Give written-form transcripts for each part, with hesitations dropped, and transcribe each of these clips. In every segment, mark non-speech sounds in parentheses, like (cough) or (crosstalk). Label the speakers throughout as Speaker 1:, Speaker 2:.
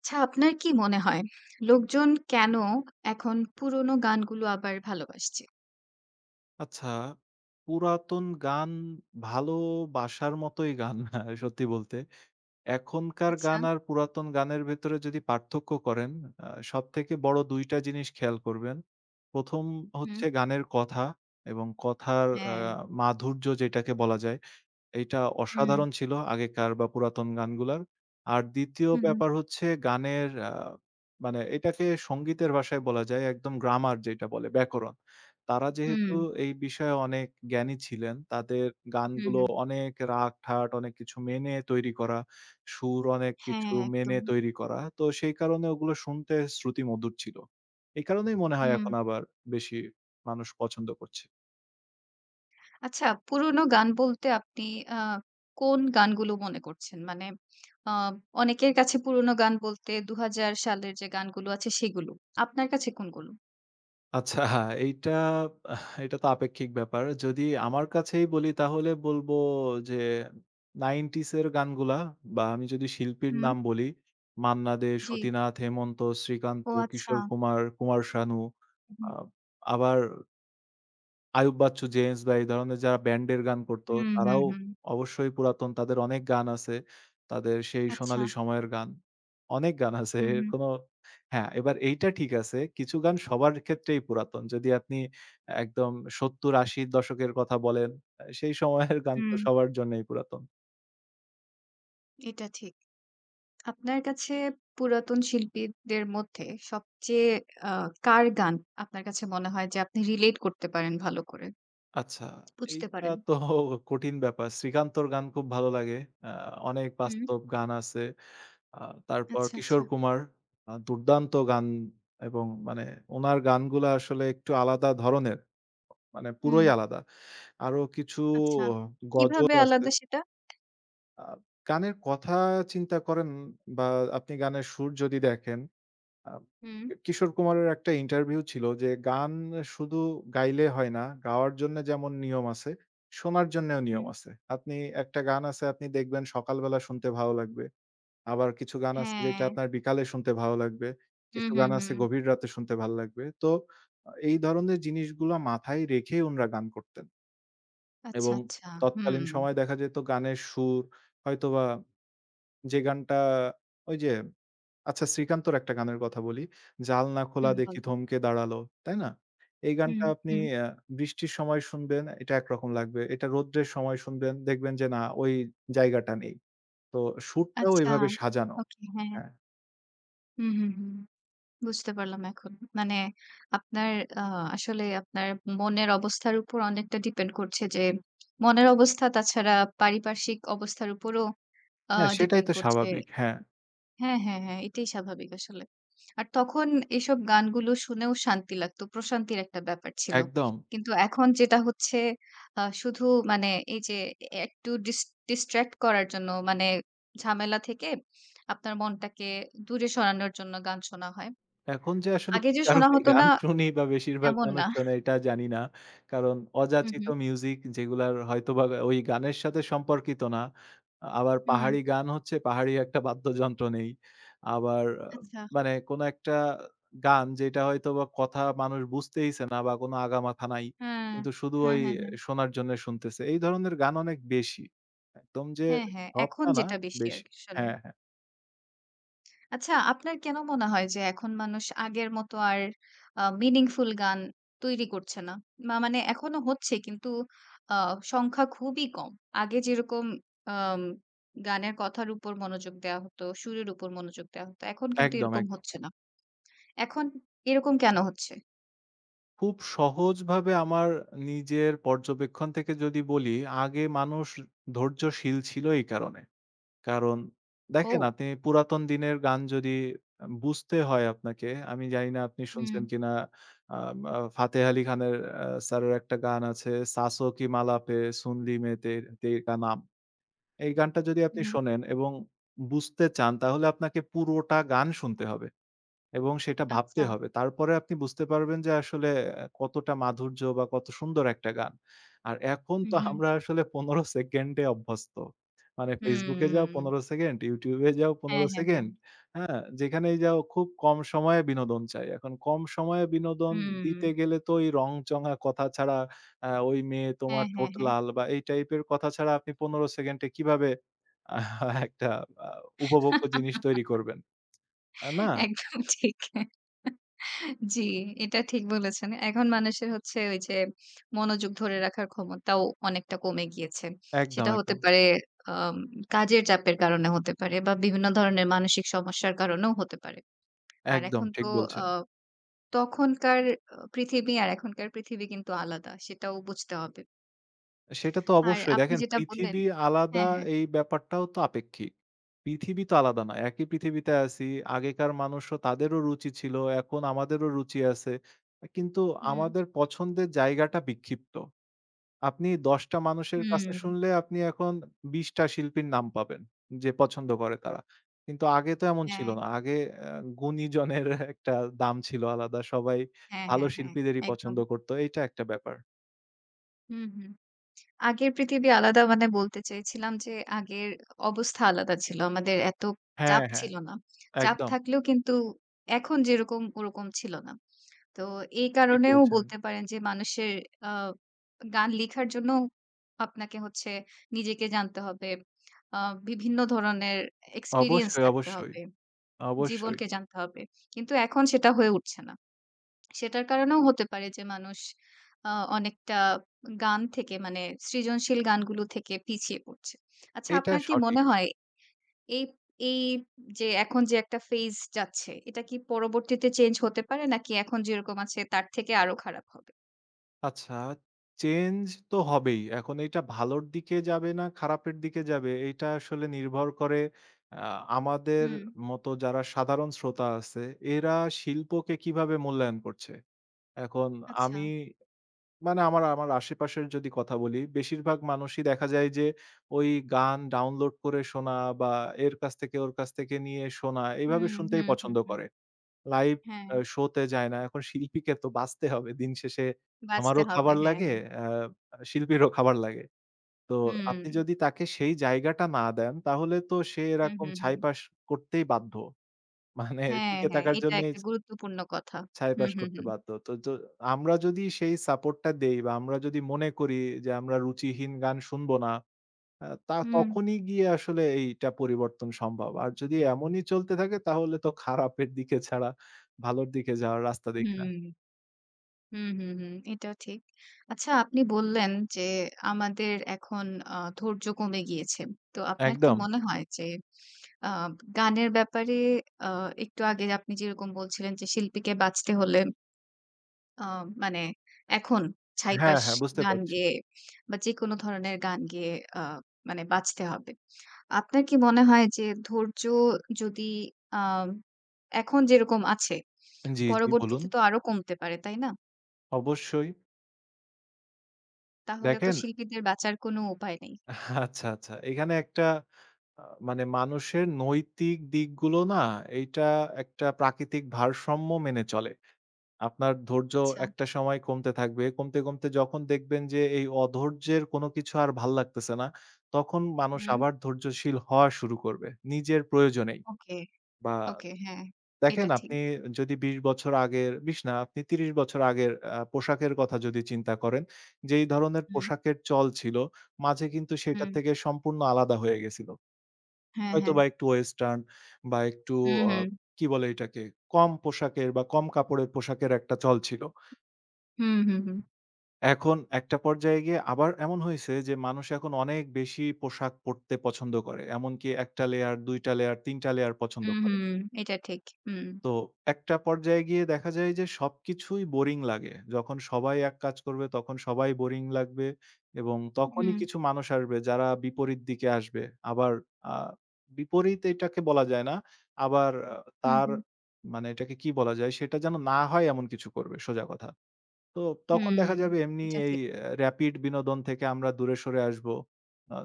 Speaker 1: আচ্ছা আপনার কি মনে হয় লোকজন কেন এখন পুরোনো গানগুলো আবার ভালোবাসছে?
Speaker 2: আচ্ছা, পুরাতন গান ভালোবাসার মতোই গান (laughs) সত্যি বলতে। এখনকার
Speaker 1: আচ্ছা,
Speaker 2: গান আর পুরাতন গানের ভেতরে যদি পার্থক্য করেন, আ সবথেকে বড় ২ টা জিনিস খেয়াল করবেন। ১ম
Speaker 1: হুম,
Speaker 2: হচ্ছে গানের কথা এবং কথার
Speaker 1: হ্যাঁ,
Speaker 2: মাধুর্য যেটাকে বলা যায়। এইটা
Speaker 1: হুম,
Speaker 2: অসাধারণ ছিল আগেকার বা পুরাতন গানগুলার। আর ২য়
Speaker 1: হুম,
Speaker 2: ব্যাপার হচ্ছে গানের মানে এটাকে সংগীতের ভাষায় বলা যায় একদম গ্রামার যেটা বলে ব্যাকরণ। তারা
Speaker 1: হুম,
Speaker 2: যেহেতু এই বিষয়ে অনেক জ্ঞানী ছিলেন, তাদের
Speaker 1: হুম,
Speaker 2: গানগুলো
Speaker 1: হুম,
Speaker 2: অনেক রাগ-ঠাট অনেক কিছু মেনে তৈরি করা, সুর অনেক
Speaker 1: হ্যাঁ,
Speaker 2: কিছু মেনে
Speaker 1: একদম,
Speaker 2: তৈরি করা। তো সেই কারণে ওগুলো শুনতে শ্রুতিমধুর ছিল। এই কারণেই মনে হয়
Speaker 1: হুম।
Speaker 2: এখন আবার বেশি মানুষ পছন্দ করছে।
Speaker 1: আচ্ছা পুরোনো গান বলতে আপনি আ কোন গানগুলো মনে করছেন? মানে আ অনেকের কাছে পুরোনো গান বলতে ২০০০ সালের যে গানগুলো আছে সেগুলো। আপনার কাছে কোনগুলো?
Speaker 2: আচ্ছা এইটা এটা তো আপেক্ষিক ব্যাপার। যদি আমার কাছেই বলি তাহলে বলবো যে 90s এর গানগুলা বা আমি যদি শিল্পীর
Speaker 1: হুম,
Speaker 2: নাম বলি, মান্না দে,
Speaker 1: জি।
Speaker 2: সতীনাথ, হেমন্ত, শ্রীকান্ত,
Speaker 1: ও আচ্ছা।
Speaker 2: কিশোর কুমার, কুমার শানু, আ
Speaker 1: হুম,
Speaker 2: আবার আইয়ুব বাচ্চু, জেমস বা এই ধরনের যারা ব্যান্ডের গান করতো,
Speaker 1: হুম, হুম,
Speaker 2: তারাও
Speaker 1: হুম।
Speaker 2: অবশ্যই পুরাতন। তাদের অনেক গান আছে। তাদের সেই
Speaker 1: আচ্ছা,
Speaker 2: সোনালী সময়ের গান। অনেক গান আছে।
Speaker 1: হুম,
Speaker 2: এর
Speaker 1: হুম,
Speaker 2: কোনো হ্যাঁ, এবার এইটা ঠিক আছে। কিছু গান সবার ক্ষেত্রেই পুরাতন। যদি আপনি একদম ৭০-৮০ দশকের কথা বলেন, সেই সময়ের গান তো
Speaker 1: হুম,
Speaker 2: সবার জন্যই পুরাতন।
Speaker 1: এটা ঠিক। আপনার কাছে পুরাতন শিল্পীদের মধ্যে সবচেয়ে আ কার গান আপনার কাছে মনে হয় যে আপনি রিলেট করতে পারেন ভালো করে?
Speaker 2: আচ্ছা,
Speaker 1: বুঝতে
Speaker 2: এইটা
Speaker 1: পারেন?
Speaker 2: তো কঠিন ব্যাপার। শ্রীকান্তর গান খুব ভালো লাগে। আ অনেক
Speaker 1: হুম।
Speaker 2: বাস্তব গান আছে। আ তারপর
Speaker 1: আচ্ছা,
Speaker 2: কিশোর
Speaker 1: আচ্ছা।
Speaker 2: কুমার দুর্দান্ত গান এবং মানে উনার গানগুলা আসলে একটু আলাদা ধরনের। মানে
Speaker 1: হুম,
Speaker 2: পুরোই আলাদা। আরো কিছু
Speaker 1: আচ্ছা।
Speaker 2: গজল
Speaker 1: কিভাবে
Speaker 2: আছে।
Speaker 1: আলাদা সেটা?
Speaker 2: আ গানের কথা চিন্তা করেন বা আপনি গানের সুর যদি দেখেন, আ
Speaker 1: হুম,
Speaker 2: কিশোর কুমারের একটা ইন্টারভিউ ছিল যে গান শুধু গাইলে হয় না। গাওয়ার জন্য যেমন নিয়ম আছে, শোনার জন্যেও নিয়ম
Speaker 1: হুম।
Speaker 2: আছে। আপনি একটা গান আছে আপনি দেখবেন সকালবেলা শুনতে ভালো লাগবে। আবার কিছু গান আছে যেটা
Speaker 1: হ্যাঁ।
Speaker 2: আপনার বিকালে শুনতে ভালো লাগবে।
Speaker 1: হুম,
Speaker 2: কিছু
Speaker 1: হুম,
Speaker 2: গান
Speaker 1: হুম।
Speaker 2: আছে গভীর রাতে শুনতে ভাল লাগবে। তো এই ধরনের জিনিসগুলা মাথায় রেখেই উনারা গান করতেন।
Speaker 1: আচ্ছা,
Speaker 2: এবং
Speaker 1: আচ্ছা।
Speaker 2: তৎকালীন
Speaker 1: হুম,
Speaker 2: সময়ে দেখা যেত গানের সুর হয়তোবা যে গানটা ওই যে আচ্ছা শ্রীকান্তর একটা গানের কথা বলি। জাল না খোলা
Speaker 1: হুম
Speaker 2: দেখি
Speaker 1: বলেন।
Speaker 2: থমকে দাঁড়ালো। তাই না? এই
Speaker 1: হুম,
Speaker 2: গানটা আপনি
Speaker 1: হুম।
Speaker 2: আ বৃষ্টির সময় শুনবেন, এটা একরকম লাগবে। এটা রৌদ্রের সময় শুনবেন, দেখবেন যে না ওই জায়গাটা নেই। তো সুরটাও
Speaker 1: আচ্ছা।
Speaker 2: এভাবে সাজানো।
Speaker 1: ওকে, হ্যাঁ।
Speaker 2: হ্যাঁ।
Speaker 1: হুম, হুম, হুম। বুঝতে পারলাম এখন। মানে আপনার আ আসলে আপনার মনের অবস্থার উপর অনেকটা ডিপেন্ড করছে যে, মনের অবস্থা তাছাড়া পারিপার্শ্বিক অবস্থার উপরও
Speaker 2: হ্যাঁ, সেটাই
Speaker 1: ডিপেন্ড
Speaker 2: তো
Speaker 1: করছে।
Speaker 2: স্বাভাবিক। হ্যাঁ,
Speaker 1: হ্যাঁ, হ্যাঁ, হ্যাঁ, এটাই স্বাভাবিক আসলে। আর তখন এসব গানগুলো শুনেও শান্তি লাগতো। প্রশান্তির একটা ব্যাপার ছিল।
Speaker 2: একদম।
Speaker 1: কিন্তু এখন যেটা হচ্ছে শুধু মানে এই যে একটু ডিস্ট্রাক্ট করার জন্য মানে ঝামেলা থেকে আপনার মনটাকে দূরে সরানোর জন্য গান শোনা হয়।
Speaker 2: এখন যে আসলে
Speaker 1: আগে
Speaker 2: কি
Speaker 1: যে শোনা
Speaker 2: কারণে
Speaker 1: হতো
Speaker 2: গান
Speaker 1: না,
Speaker 2: শুনি বা বেশিরভাগ
Speaker 1: তেমন
Speaker 2: মানুষ
Speaker 1: না।
Speaker 2: শোনে এটা জানি না। কারণ
Speaker 1: হুম,
Speaker 2: অযাচিত
Speaker 1: হুম।
Speaker 2: মিউজিক যেগুলার হয়তোবা ওই গানের সাথে সম্পর্কিত না। আবার
Speaker 1: হুম,
Speaker 2: পাহাড়ি গান হচ্ছে পাহাড়ি একটা বাদ্যযন্ত্র নেই। আবার
Speaker 1: আচ্ছা।
Speaker 2: মানে কোন একটা গান যেটা হয়তোবা কথা মানুষ বুঝতেইছে না বা কোন আগামাথা নাই।
Speaker 1: হ্যাঁ।
Speaker 2: কিন্তু শুধু
Speaker 1: হ্যাঁ,
Speaker 2: ওই
Speaker 1: হ্যাঁ, হ্যাঁ।
Speaker 2: শোনার জন্য শুনতেছে। এই ধরনের গান অনেক বেশি। একদম যে
Speaker 1: হ্যাঁ, হ্যাঁ।
Speaker 2: সব
Speaker 1: এখন
Speaker 2: তা না,
Speaker 1: যেটা বেশি
Speaker 2: বেশি।
Speaker 1: আরকি আসলে।
Speaker 2: হ্যাঁ, হ্যাঁ।
Speaker 1: আচ্ছা আপনার কেন মনে হয় যে এখন মানুষ আগের মতো আর meaningful গান তৈরি করছে না? বা মানে এখনো হচ্ছে কিন্তু আ সংখ্যা খুবই কম। আগে যেরকম আম গানের কথার উপর মনোযোগ দেয়া হতো, সুরের উপর মনোযোগ দেয়া হতো। এখন কিন্তু
Speaker 2: একদম,
Speaker 1: এরকম
Speaker 2: একদম।
Speaker 1: হচ্ছে না। এখন এরকম কেন হচ্ছে?
Speaker 2: খুব সহজভাবে আমার নিজের পর্যবেক্ষণ থেকে যদি বলি, আগে মানুষ ধৈর্যশীল ছিল এই কারণে। কারণ
Speaker 1: ও!
Speaker 2: দেখেন আপনি পুরাতন দিনের গান যদি বুঝতে হয় আপনাকে, আমি জানি না আপনি শুনছেন
Speaker 1: হুম,
Speaker 2: কিনা আম আ ফাতেহ আলী খানের স্যারের একটা গান আছে, "सासों की माला पे सुन ली मैं ते तेरा नाम"। এই গানটা যদি আপনি
Speaker 1: হুম।
Speaker 2: শোনেন এবং বুঝতে চান তাহলে আপনাকে পুরোটা গান শুনতে হবে। এবং সেটা ভাবতে
Speaker 1: আচ্ছা।
Speaker 2: হবে। তারপরে আপনি বুঝতে পারবেন যে আসলে কতটা মাধুর্য বা কত সুন্দর একটা গান। আর এখন
Speaker 1: হুম,
Speaker 2: তো
Speaker 1: হুম।
Speaker 2: আমরা আসলে ১৫ সেকেন্ডে অভ্যস্ত। মানে Facebook এ যাও ১৫
Speaker 1: হুম।
Speaker 2: সেকেন্ড, YouTube এ যাও
Speaker 1: হ্যাঁ,
Speaker 2: ১৫
Speaker 1: হ্যাঁ, হ্যাঁ।
Speaker 2: সেকেন্ড, হ্যাঁ? যেখানেই যাও খুব কম সময়ে বিনোদন চাই। এখন কম সময়ে বিনোদন
Speaker 1: হুম।
Speaker 2: দিতে গেলে তো ওই রংচঙা কথা ছাড়া ওই মেয়ে তোমার
Speaker 1: হ্যাঁ, হ্যাঁ,
Speaker 2: ঠোঁট
Speaker 1: হ্যাঁ।
Speaker 2: লাল বা এই টাইপের কথা ছাড়া আপনি ১৫ সেকেন্ডে কিভাবে আ একটা আ উপভোগ্য জিনিস তৈরি
Speaker 1: (laughs)
Speaker 2: করবেন? আ না,
Speaker 1: একদম ঠিক। জি, এটা ঠিক বলেছেন। এখন মানুষের হচ্ছে ওই যে মনোযোগ ধরে রাখার ক্ষমতাও অনেকটা কমে গিয়েছে।
Speaker 2: একদম,
Speaker 1: সেটা হতে
Speaker 2: একদম।
Speaker 1: পারে আম কাজের চাপের কারণে হতে পারে বা বিভিন্ন ধরনের মানসিক সমস্যার কারণেও হতে পারে। আর
Speaker 2: একদম
Speaker 1: এখন
Speaker 2: ঠিক
Speaker 1: তো আ
Speaker 2: বলছেন।
Speaker 1: তখনকার পৃথিবী আর এখনকার পৃথিবী কিন্তু আলাদা। সেটাও বুঝতে হবে।
Speaker 2: সেটা তো
Speaker 1: আর
Speaker 2: অবশ্যই
Speaker 1: আপনি
Speaker 2: দেখেন
Speaker 1: যেটা বললেন
Speaker 2: পৃথিবী আলাদা।
Speaker 1: হ্যাঁ, হ্যাঁ।
Speaker 2: এই ব্যাপারটাও তো আপেক্ষিক। পৃথিবী তো আলাদা না। একই পৃথিবীতে আছি। আগেকার মানুষও তাদেরও রুচি ছিল। এখন আমাদেরও রুচি আছে। কিন্তু
Speaker 1: হুম,
Speaker 2: আমাদের পছন্দের জায়গাটা বিক্ষিপ্ত। আপনি ১০ টা মানুষের কাছে
Speaker 1: হুম।
Speaker 2: শুনলে আপনি এখন ২০ টা শিল্পীর নাম পাবেন যে পছন্দ করে তারা। কিন্তু আগে তো এমন ছিল
Speaker 1: হ্যাঁ।
Speaker 2: না। আগে গুণীজনের (laughs) একটা দাম ছিল আলাদা। সবাই
Speaker 1: হ্যাঁ,
Speaker 2: ভালো
Speaker 1: হ্যাঁ, হ্যাঁ,
Speaker 2: শিল্পীদেরই
Speaker 1: একদম।
Speaker 2: পছন্দ করত। এইটা একটা ব্যাপার।
Speaker 1: হুম, হুম। আগের পৃথিবী আলাদা মানে বলতে চাইছিলাম যে আগের অবস্থা আলাদা ছিল। আমাদের এত
Speaker 2: হ্যাঁ,
Speaker 1: চাপ
Speaker 2: হ্যাঁ।
Speaker 1: ছিল না। চাপ
Speaker 2: একদম
Speaker 1: থাকলেও কিন্তু এখন যেরকম ওরকম ছিল না। তো এই
Speaker 2: ঠিক
Speaker 1: কারণেও
Speaker 2: বলছেন।
Speaker 1: বলতে পারেন যে মানুষের আ গান লিখার জন্য আপনাকে হচ্ছে নিজেকে জানতে হবে। আ বিভিন্ন ধরনের এক্সপেরিয়েন্স
Speaker 2: অবশ্যই,
Speaker 1: থাকতে
Speaker 2: অবশ্যই,
Speaker 1: হবে।
Speaker 2: অবশ্যই।
Speaker 1: জীবনকে জানতে হবে। কিন্তু এখন সেটা হয়ে উঠছে না। সেটার কারণেও হতে পারে যে মানুষ আ অনেকটা গান থেকে মানে সৃজনশীল গানগুলো থেকে পিছিয়ে পড়ছে। আচ্ছা
Speaker 2: এইটা
Speaker 1: আপনার কি
Speaker 2: সঠিক।
Speaker 1: মনে হয় এই এই যে এখন যে একটা ফেজ যাচ্ছে এটা কি পরবর্তীতে চেঞ্জ হতে পারে নাকি এখন যেরকম আছে তার থেকে আরো খারাপ হবে?
Speaker 2: আচ্ছা চেঞ্জ তো হবেই। এখন এইটা ভালোর দিকে যাবে না খারাপের দিকে যাবে এইটা আসলে নির্ভর করে আ আমাদের
Speaker 1: হুম,
Speaker 2: মতো যারা সাধারণ শ্রোতা আছে এরা শিল্পকে কিভাবে মূল্যায়ন করছে। এখন
Speaker 1: আচ্ছা।
Speaker 2: আমি মানে আমার আমার আশেপাশের যদি কথা বলি বেশিরভাগ মানুষই দেখা যায় যে ওই গান ডাউনলোড করে শোনা বা এর কাছ থেকে ওর কাছ থেকে নিয়ে শোনা এভাবে
Speaker 1: হুম,
Speaker 2: শুনতেই
Speaker 1: হুম, হুম,
Speaker 2: পছন্দ
Speaker 1: হুম।
Speaker 2: করে। লাইভ
Speaker 1: হ্যাঁ,
Speaker 2: শো তে যায় না। এখন শিল্পীকে তো বাঁচতে হবে। দিন শেষে
Speaker 1: বাঁচতে
Speaker 2: আমারও
Speaker 1: হবে।
Speaker 2: খাবার
Speaker 1: হ্যাঁ,
Speaker 2: লাগে,
Speaker 1: হ্যাঁ।
Speaker 2: আ শিল্পীরও খাবার লাগে। তো
Speaker 1: হুম,
Speaker 2: আপনি যদি তাকে সেই জায়গাটা না দেন, তাহলে তো সে
Speaker 1: হুম,
Speaker 2: এরকম
Speaker 1: হুম, হুম।
Speaker 2: ছাইপাস করতেই বাধ্য। মানে
Speaker 1: হ্যাঁ,
Speaker 2: টিকে
Speaker 1: হ্যাঁ।
Speaker 2: থাকার
Speaker 1: এটা
Speaker 2: জন্যই
Speaker 1: একটা গুরুত্বপূর্ণ কথা। হুম,
Speaker 2: ছাইপাস
Speaker 1: হুম,
Speaker 2: করতে
Speaker 1: হুম।
Speaker 2: বাধ্য। তো য আমরা যদি সেই সাপোর্টটা দেই বা আমরা যদি মনে করি যে আমরা রুচিহীন গান শুনব না তা
Speaker 1: হুম,
Speaker 2: তখনই গিয়ে আসলে এইটা পরিবর্তন সম্ভব। আর যদি এমনই চলতে থাকে তাহলে তো খারাপের দিকে ছাড়া ভালোর দিকে যাওয়ার রাস্তা দেখি না।
Speaker 1: হুম। হুম, হুম, হুম। এটাও ঠিক। আচ্ছা আপনি বললেন যে আমাদের এখন ধৈর্য কমে গিয়েছে। তো আপনার কি
Speaker 2: একদম।
Speaker 1: মনে হয় যে আ গানের ব্যাপারে আ একটু আগে আপনি যেরকম বলছিলেন যে শিল্পীকে বাঁচতে হলে আ মানে এখন
Speaker 2: হ্যাঁ,
Speaker 1: ছাইপাশ
Speaker 2: হ্যাঁ বুঝতে
Speaker 1: গান
Speaker 2: পারছি।
Speaker 1: গেয়ে বা যেকোনো ধরনের গান গেয়ে আ মানে বাঁচতে হবে। আপনার কি মনে হয় যে ধৈর্য যদি আ এখন যেরকম আছে
Speaker 2: জি, জি বলুন।
Speaker 1: পরবর্তীতে তো আরো কমতে পারে, তাই না?
Speaker 2: অবশ্যই।
Speaker 1: তাহলে তো
Speaker 2: দেখেন
Speaker 1: শিল্পীদের বাঁচার কোনো উপায় নেই।
Speaker 2: আচ্ছা, আচ্ছা। এখানে একটা আ মানে মানুষের নৈতিক দিকগুলো না এইটা একটা প্রাকৃতিক ভারসাম্য মেনে চলে। আপনার ধৈর্য
Speaker 1: আচ্ছা।
Speaker 2: একটা সময় কমতে থাকবে। কমতে, কমতে যখন দেখবেন যে এই অধৈর্যের কোনো কিছু আর ভাল লাগতেছে না, তখন মানুষ
Speaker 1: হুম।
Speaker 2: আবার ধৈর্যশীল হওয়া শুরু করবে। নিজের প্রয়োজনেই।
Speaker 1: ওকে,
Speaker 2: বা
Speaker 1: ওকে। হ্যাঁ,
Speaker 2: দেখেন
Speaker 1: এটা ঠিক।
Speaker 2: আপনি যদি ২০ বছর আগের ২০ না আপনি ৩০ বছর আগের পোশাকের কথা যদি চিন্তা করেন, যেই ধরনের
Speaker 1: হুম,
Speaker 2: পোশাকের চল ছিল, মাঝে কিন্তু সেটা
Speaker 1: হুম।
Speaker 2: থেকে সম্পূর্ণ আলাদা হয়ে গেছিল।
Speaker 1: হ্যাঁ, হ্যাঁ।
Speaker 2: হয়তোবা একটু ওয়েস্টার্ন বা একটু
Speaker 1: হুম,
Speaker 2: আ
Speaker 1: হুম।
Speaker 2: কি বলে এটাকে? কম পোশাকের বা কম কাপড়ের পোশাকের একটা চল ছিল।
Speaker 1: হুম, হুম, হুম।
Speaker 2: এখন একটা পর্যায়ে গিয়ে আবার এমন হইছে যে মানুষ এখন অনেক বেশি পোশাক পড়তে পছন্দ করে। এমনকি ১ টা লেয়ার, ২ টা লেয়ার, ৩ টা লেয়ার পছন্দ
Speaker 1: হুম,
Speaker 2: করে।
Speaker 1: হুম। এটা ঠিক। হুম।
Speaker 2: তো একটা পর্যায়ে গিয়ে দেখা যায় যে সবকিছুই বোরিং লাগে। যখন সবাই এক কাজ করবে তখন সবাই বোরিং লাগবে এবং তখনই
Speaker 1: হুম,
Speaker 2: কিছু মানুষ আসবে যারা বিপরীত দিকে আসবে। আবার আ বিপরীত এটাকে বলা যায় না। আবার আ
Speaker 1: হুম,
Speaker 2: তার
Speaker 1: হুম।
Speaker 2: মানে এটাকে কি বলা যায় সেটা যেন না হয় এমন কিছু করবে সোজা কথা। তো তখন
Speaker 1: হুম।
Speaker 2: দেখা যাবে এমনি
Speaker 1: এটা
Speaker 2: এই
Speaker 1: ঠিক।
Speaker 2: র‍্যাপিড বিনোদন থেকে আমরা দূরে সরে আসবো। আ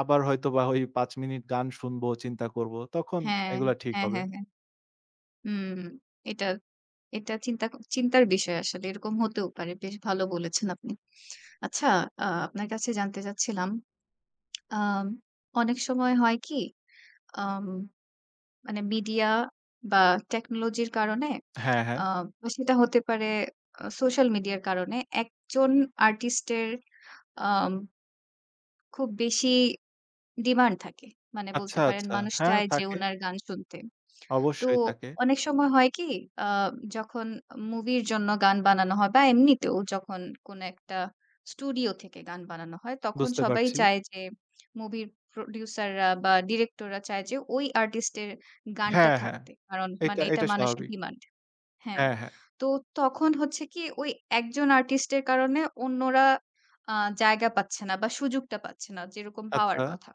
Speaker 2: আবার হয়তোবা ওই ৫ মিনিট গান শুনবো, চিন্তা করব। তখন
Speaker 1: হ্যাঁ,
Speaker 2: এগুলা ঠিক
Speaker 1: হ্যাঁ,
Speaker 2: হবে।
Speaker 1: হ্যাঁ, হ্যাঁ। হুম। এটা এটা চিন্তার বিষয় আসলে। এরকম হতেও পারে। বেশ ভালো বলেছেন আপনি। আচ্ছা, আপনার কাছে জানতে চাচ্ছিলাম, আম অনেক সময় হয় কি? আম মানে মিডিয়া বা টেকনোলজির কারণে
Speaker 2: হ্যাঁ, হ্যাঁ।
Speaker 1: আ বা সেটা হতে পারে সোশ্যাল মিডিয়ার কারণে একজন আর্টিস্টের আম খুব বেশি ডিমান্ড থাকে। মানে বলতে
Speaker 2: আচ্ছা,
Speaker 1: পারেন
Speaker 2: আচ্ছা।
Speaker 1: মানুষ
Speaker 2: হ্যাঁ,
Speaker 1: চায় যে
Speaker 2: থাকে।
Speaker 1: উনার গান শুনতে। তো
Speaker 2: অবশ্যই থাকে।
Speaker 1: অনেক সময় হয় কি আ যখন মুভির জন্য গান বানানো হয় বা এমনিতেও যখন কোনো একটা স্টুডিও থেকে গান বানানো হয়, তখন
Speaker 2: বুঝতে
Speaker 1: সবাই
Speaker 2: পারছি।
Speaker 1: চায় যে মুভির প্রোডিউসাররা বা ডিরেক্টররা চায় যে ওই আর্টিস্টের গানটা
Speaker 2: হ্যাঁ, হ্যাঁ।
Speaker 1: থাকতে। কারণ
Speaker 2: এটা
Speaker 1: মানে এটা
Speaker 2: এটা
Speaker 1: মানুষের
Speaker 2: স্বাভাবিক।
Speaker 1: ডিমান্ড। হ্যাঁ।
Speaker 2: হ্যাঁ, হ্যাঁ।
Speaker 1: তো তখন হচ্ছে কি ওই একজন আর্টিস্টের কারণে অন্যরা আ জায়গা পাচ্ছে না বা সুযোগটা পাচ্ছে না যেরকম
Speaker 2: আচ্ছা।
Speaker 1: পাওয়ার কথা।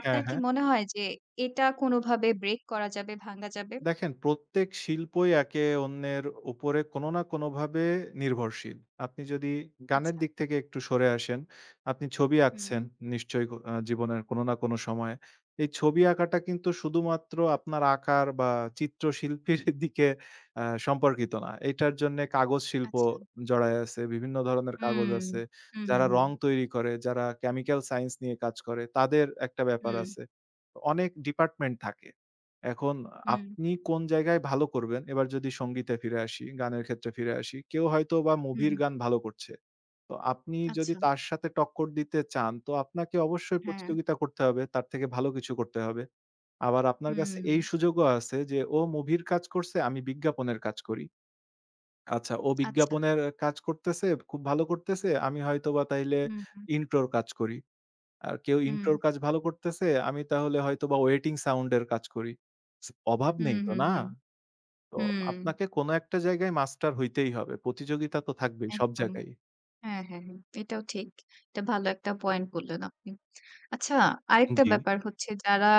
Speaker 2: হ্যাঁ,
Speaker 1: কি
Speaker 2: হ্যাঁ।
Speaker 1: মনে হয় যে এটা কোনোভাবে ব্রেক করা যাবে, ভাঙা যাবে?
Speaker 2: দেখেন, প্রত্যেক শিল্পই একে অন্যের উপরে কোনো না কোনোভাবে নির্ভরশীল। আপনি যদি গানের
Speaker 1: আচ্ছা।
Speaker 2: দিক থেকে একটু সরে আসেন, আপনি ছবি
Speaker 1: হুম,
Speaker 2: আঁকছেন নিশ্চয়ই কো আ জীবনের কোনো না কোনো সময়ে। এই ছবি আঁকাটা কিন্তু শুধুমাত্র আপনার আঁকার বা চিত্রশিল্পীর (laughs) দিকে সম্পর্কিত না। এটার জন্যে কাগজ শিল্প
Speaker 1: আচ্ছা।
Speaker 2: জড়ায় আছে। বিভিন্ন ধরনের কাগজ
Speaker 1: হুম।
Speaker 2: আছে।
Speaker 1: হুম, হুম,
Speaker 2: যারা
Speaker 1: হুম।
Speaker 2: রং তৈরি করে, যারা কেমিক্যাল সায়েন্স নিয়ে কাজ করে তাদের একটা ব্যাপার
Speaker 1: হুম,
Speaker 2: আছে। অনেক ডিপার্টমেন্ট থাকে। এখন
Speaker 1: হুম,
Speaker 2: আপনি কোন জায়গায় ভালো করবেন? এবার যদি সংগীতে ফিরে আসি, গানের ক্ষেত্রে ফিরে আসি। কেউ হয়তোবা
Speaker 1: হুম,
Speaker 2: মুভির
Speaker 1: হুম।
Speaker 2: গান ভালো করছে। তো আপনি যদি
Speaker 1: আচ্ছা।
Speaker 2: তার সাথে টক্কর দিতে চান, তো আপনাকে অবশ্যই
Speaker 1: হ্যাঁ।
Speaker 2: প্রতিযোগিতা করতে হবে। তার থেকে ভালো কিছু করতে হবে। আবার আপনার কাছে
Speaker 1: হুম।
Speaker 2: এই সুযোগও আছে যে, ও মুভির কাজ করছে, আমি বিজ্ঞাপনের কাজ করি। আচ্ছা, ও
Speaker 1: আচ্ছা।
Speaker 2: বিজ্ঞাপনের কাজ করতেছে, খুব ভালো করতেছে। আমি হয়তোবা তাইলে
Speaker 1: হুম, হুম,
Speaker 2: ইন্ট্রোর কাজ করি। আর কেউ
Speaker 1: হুম।
Speaker 2: ইন্ট্রোর কাজ ভালো করতেছে, আমি তাহলে হয়তোবা ওয়েটিং সাউন্ড এর কাজ করি। অভাব
Speaker 1: হুম,
Speaker 2: নেই তো,
Speaker 1: হুম,
Speaker 2: না?
Speaker 1: হুম।
Speaker 2: তো
Speaker 1: হুম।
Speaker 2: আপনাকে কোন একটা জায়গায় মাস্টার হইতেই হবে। প্রতিযোগিতা তো থাকবেই সব
Speaker 1: একদম।
Speaker 2: জায়গায়।
Speaker 1: হ্যাঁ, হ্যাঁ, হ্যাঁ। এটাও ঠিক। এটা ভালো একটা পয়েন্ট বললেন আপনি। আচ্ছা, আরেকটা
Speaker 2: জি,
Speaker 1: ব্যাপার হচ্ছে যারা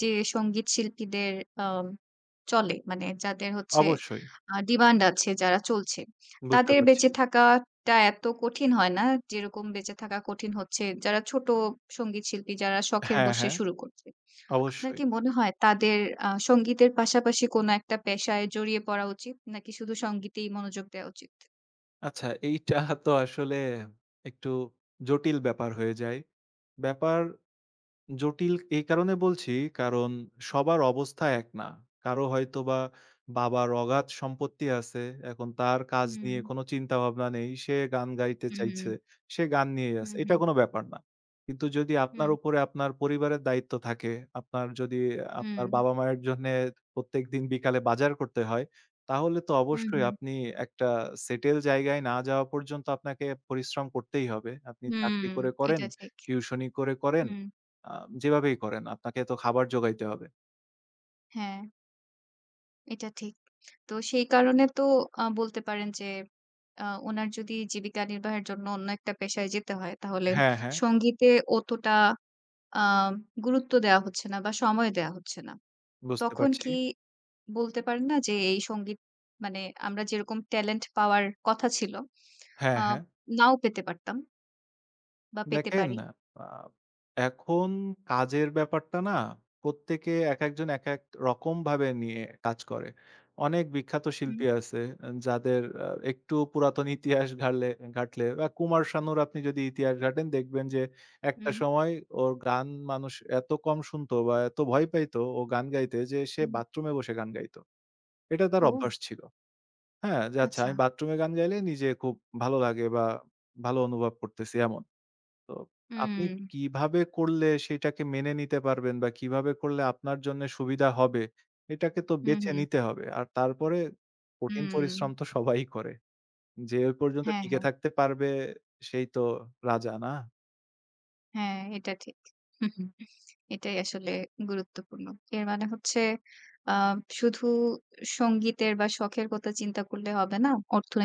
Speaker 1: যে সঙ্গীত শিল্পীদের আম চলে মানে যাদের হচ্ছে
Speaker 2: অবশ্যই।
Speaker 1: ডিমান্ড আছে যারা চলছে,
Speaker 2: বুঝতে
Speaker 1: তাদের
Speaker 2: পারছি।
Speaker 1: বেঁচে থাকাটা এত কঠিন হয় না যেরকম বেঁচে থাকা কঠিন হচ্ছে যারা ছোট সঙ্গীত শিল্পী যারা শখের
Speaker 2: হ্যাঁ,
Speaker 1: বশে
Speaker 2: হ্যাঁ,
Speaker 1: শুরু করছে। আপনার
Speaker 2: অবশ্যই।
Speaker 1: কি মনে হয় তাদের সঙ্গীতের পাশাপাশি কোনো একটা পেশায় জড়িয়ে পড়া উচিত? নাকি শুধু সঙ্গীতেই মনোযোগ দেওয়া উচিত?
Speaker 2: আচ্ছা এইটা তো আসলে একটু জটিল ব্যাপার হয়ে যায়। ব্যাপার জটিল এই কারণে বলছি, কারণ সবার অবস্থা এক না। কারো হয়তোবা বাবার অগাধ সম্পত্তি আছে। এখন তার কাজ
Speaker 1: হুম,
Speaker 2: নিয়ে কোনো চিন্তাভাবনা নেই। সে গান গাইতে
Speaker 1: হুম, হুম,
Speaker 2: চাইছে। সে গান নিয়েই
Speaker 1: হুম,
Speaker 2: আছে। এটা
Speaker 1: হুম,
Speaker 2: কোনো ব্যাপার না। কিন্তু যদি আপনার উপরে আপনার পরিবারের দায়িত্ব থাকে, আপনার যদি আপনার
Speaker 1: হুম,
Speaker 2: বাবা-মায়ের জন্যে প্রত্যেকদিন বিকালে বাজার করতে হয়, তাহলে তো
Speaker 1: হুম,
Speaker 2: অবশ্যই
Speaker 1: হুম,
Speaker 2: আপনি একটা সেটেল জায়গায় না যাওয়া পর্যন্ত আপনাকে পরিশ্রম করতেই হবে। আপনি
Speaker 1: হুম,
Speaker 2: চাকরি করে করেন,
Speaker 1: এটা ঠিক।
Speaker 2: টিউশনি করে করেন,
Speaker 1: হুম,
Speaker 2: আ যেভাবেই করেন আপনাকে তো খাবার জোগাইতে হবে।
Speaker 1: হ্যাঁ, এটা ঠিক। তো সেই কারণে তো বলতে পারেন যে উনার যদি জীবিকা নির্বাহের জন্য অন্য একটা পেশায় যেতে হয় তাহলে হুম।
Speaker 2: হ্যাঁ, হ্যাঁ,
Speaker 1: সঙ্গীতে অতটা আ গুরুত্ব দেওয়া হচ্ছে না বা সময় দেওয়া হচ্ছে না।
Speaker 2: বুঝতে
Speaker 1: তখন
Speaker 2: পারছি।
Speaker 1: কি বলতে পারেন না যে এই সঙ্গীত মানে আমরা যেরকম ট্যালেন্ট পাওয়ার কথা ছিল,
Speaker 2: হ্যাঁ,
Speaker 1: আ
Speaker 2: হ্যাঁ।
Speaker 1: নাও পেতে পারতাম বা পেতে
Speaker 2: দেখেন
Speaker 1: পারি।
Speaker 2: আ এখন কাজের ব্যাপারটা না প্রত্যেকে একেকজন একেক রকমভাবে নিয়ে কাজ করে। অনেক বিখ্যাত
Speaker 1: হুম,
Speaker 2: শিল্পী আছে যাদের একটু পুরাতন ইতিহাস ঘাটলে ঘাটলে বা কুমার শানুর আপনি যদি ইতিহাস ঘাটেন দেখবেন যে একটা
Speaker 1: হুম,
Speaker 2: সময় ওর গান মানুষ এত কম শুনতো বা এত ভয় পাইতো ও গান গাইতে যে সে
Speaker 1: হুম।
Speaker 2: বাথরুমে বসে গান গাইতো। এটা তার
Speaker 1: ও
Speaker 2: অভ্যাস ছিল। হ্যাঁ, যে আচ্ছা
Speaker 1: আচ্ছা।
Speaker 2: আমি বাথরুমে গান গাইলে নিজে খুব ভালো লাগে বা ভালো অনুভব করতেছি এমন। তো আপনি
Speaker 1: হুম,
Speaker 2: কিভাবে করলে সেটাকে মেনে নিতে পারবেন বা কিভাবে করলে আপনার জন্যে সুবিধা হবে, এটাকে তো
Speaker 1: হুম,
Speaker 2: বেছে
Speaker 1: হুম,
Speaker 2: নিতে হবে। আর তারপরে কঠিন
Speaker 1: হুম।
Speaker 2: পরিশ্রম তো সবাই করে। যে ওই পর্যন্ত
Speaker 1: হ্যাঁ,
Speaker 2: টিকে
Speaker 1: হ্যাঁ।
Speaker 2: থাকতে পারবে সেই তো রাজা, না?
Speaker 1: হ্যাঁ, এটা ঠিক। হুম হুম। এটাই আসলে গুরুত্বপূর্ণ। এর মানে হচ্ছে আ শুধু সংগীতের বা শখের কথা চিন্তা করলে হবে না,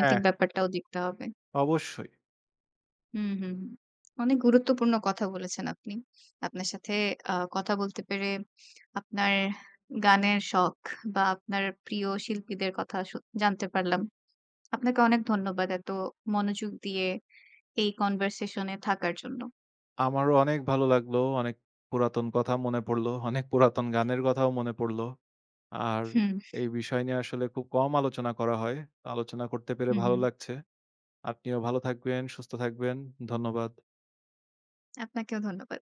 Speaker 2: হ্যাঁ।
Speaker 1: ব্যাপারটাও দেখতে হবে।
Speaker 2: অবশ্যই।
Speaker 1: হুম, হুম, হুম। অনেক গুরুত্বপূর্ণ কথা বলেছেন আপনি। আপনার সাথে কথা বলতে পেরে আপনার গানের শখ বা আপনার প্রিয় শিল্পীদের কথা জানতে পারলাম। আপনাকে অনেক ধন্যবাদ এত মনোযোগ দিয়ে এই কনভারসেশন এ থাকার জন্য।
Speaker 2: আমারও অনেক ভালো লাগলো। অনেক পুরাতন কথা মনে পড়লো। অনেক পুরাতন গানের কথাও মনে পড়লো। আর
Speaker 1: হুম,
Speaker 2: এই বিষয় নিয়ে আসলে খুব কম আলোচনা করা হয়। আলোচনা করতে পেরে
Speaker 1: হুম,
Speaker 2: ভালো
Speaker 1: হুম।
Speaker 2: লাগছে। আপনিও ভালো থাকবেন, সুস্থ থাকবেন। ধন্যবাদ।
Speaker 1: আপনাকেও ধন্যবাদ।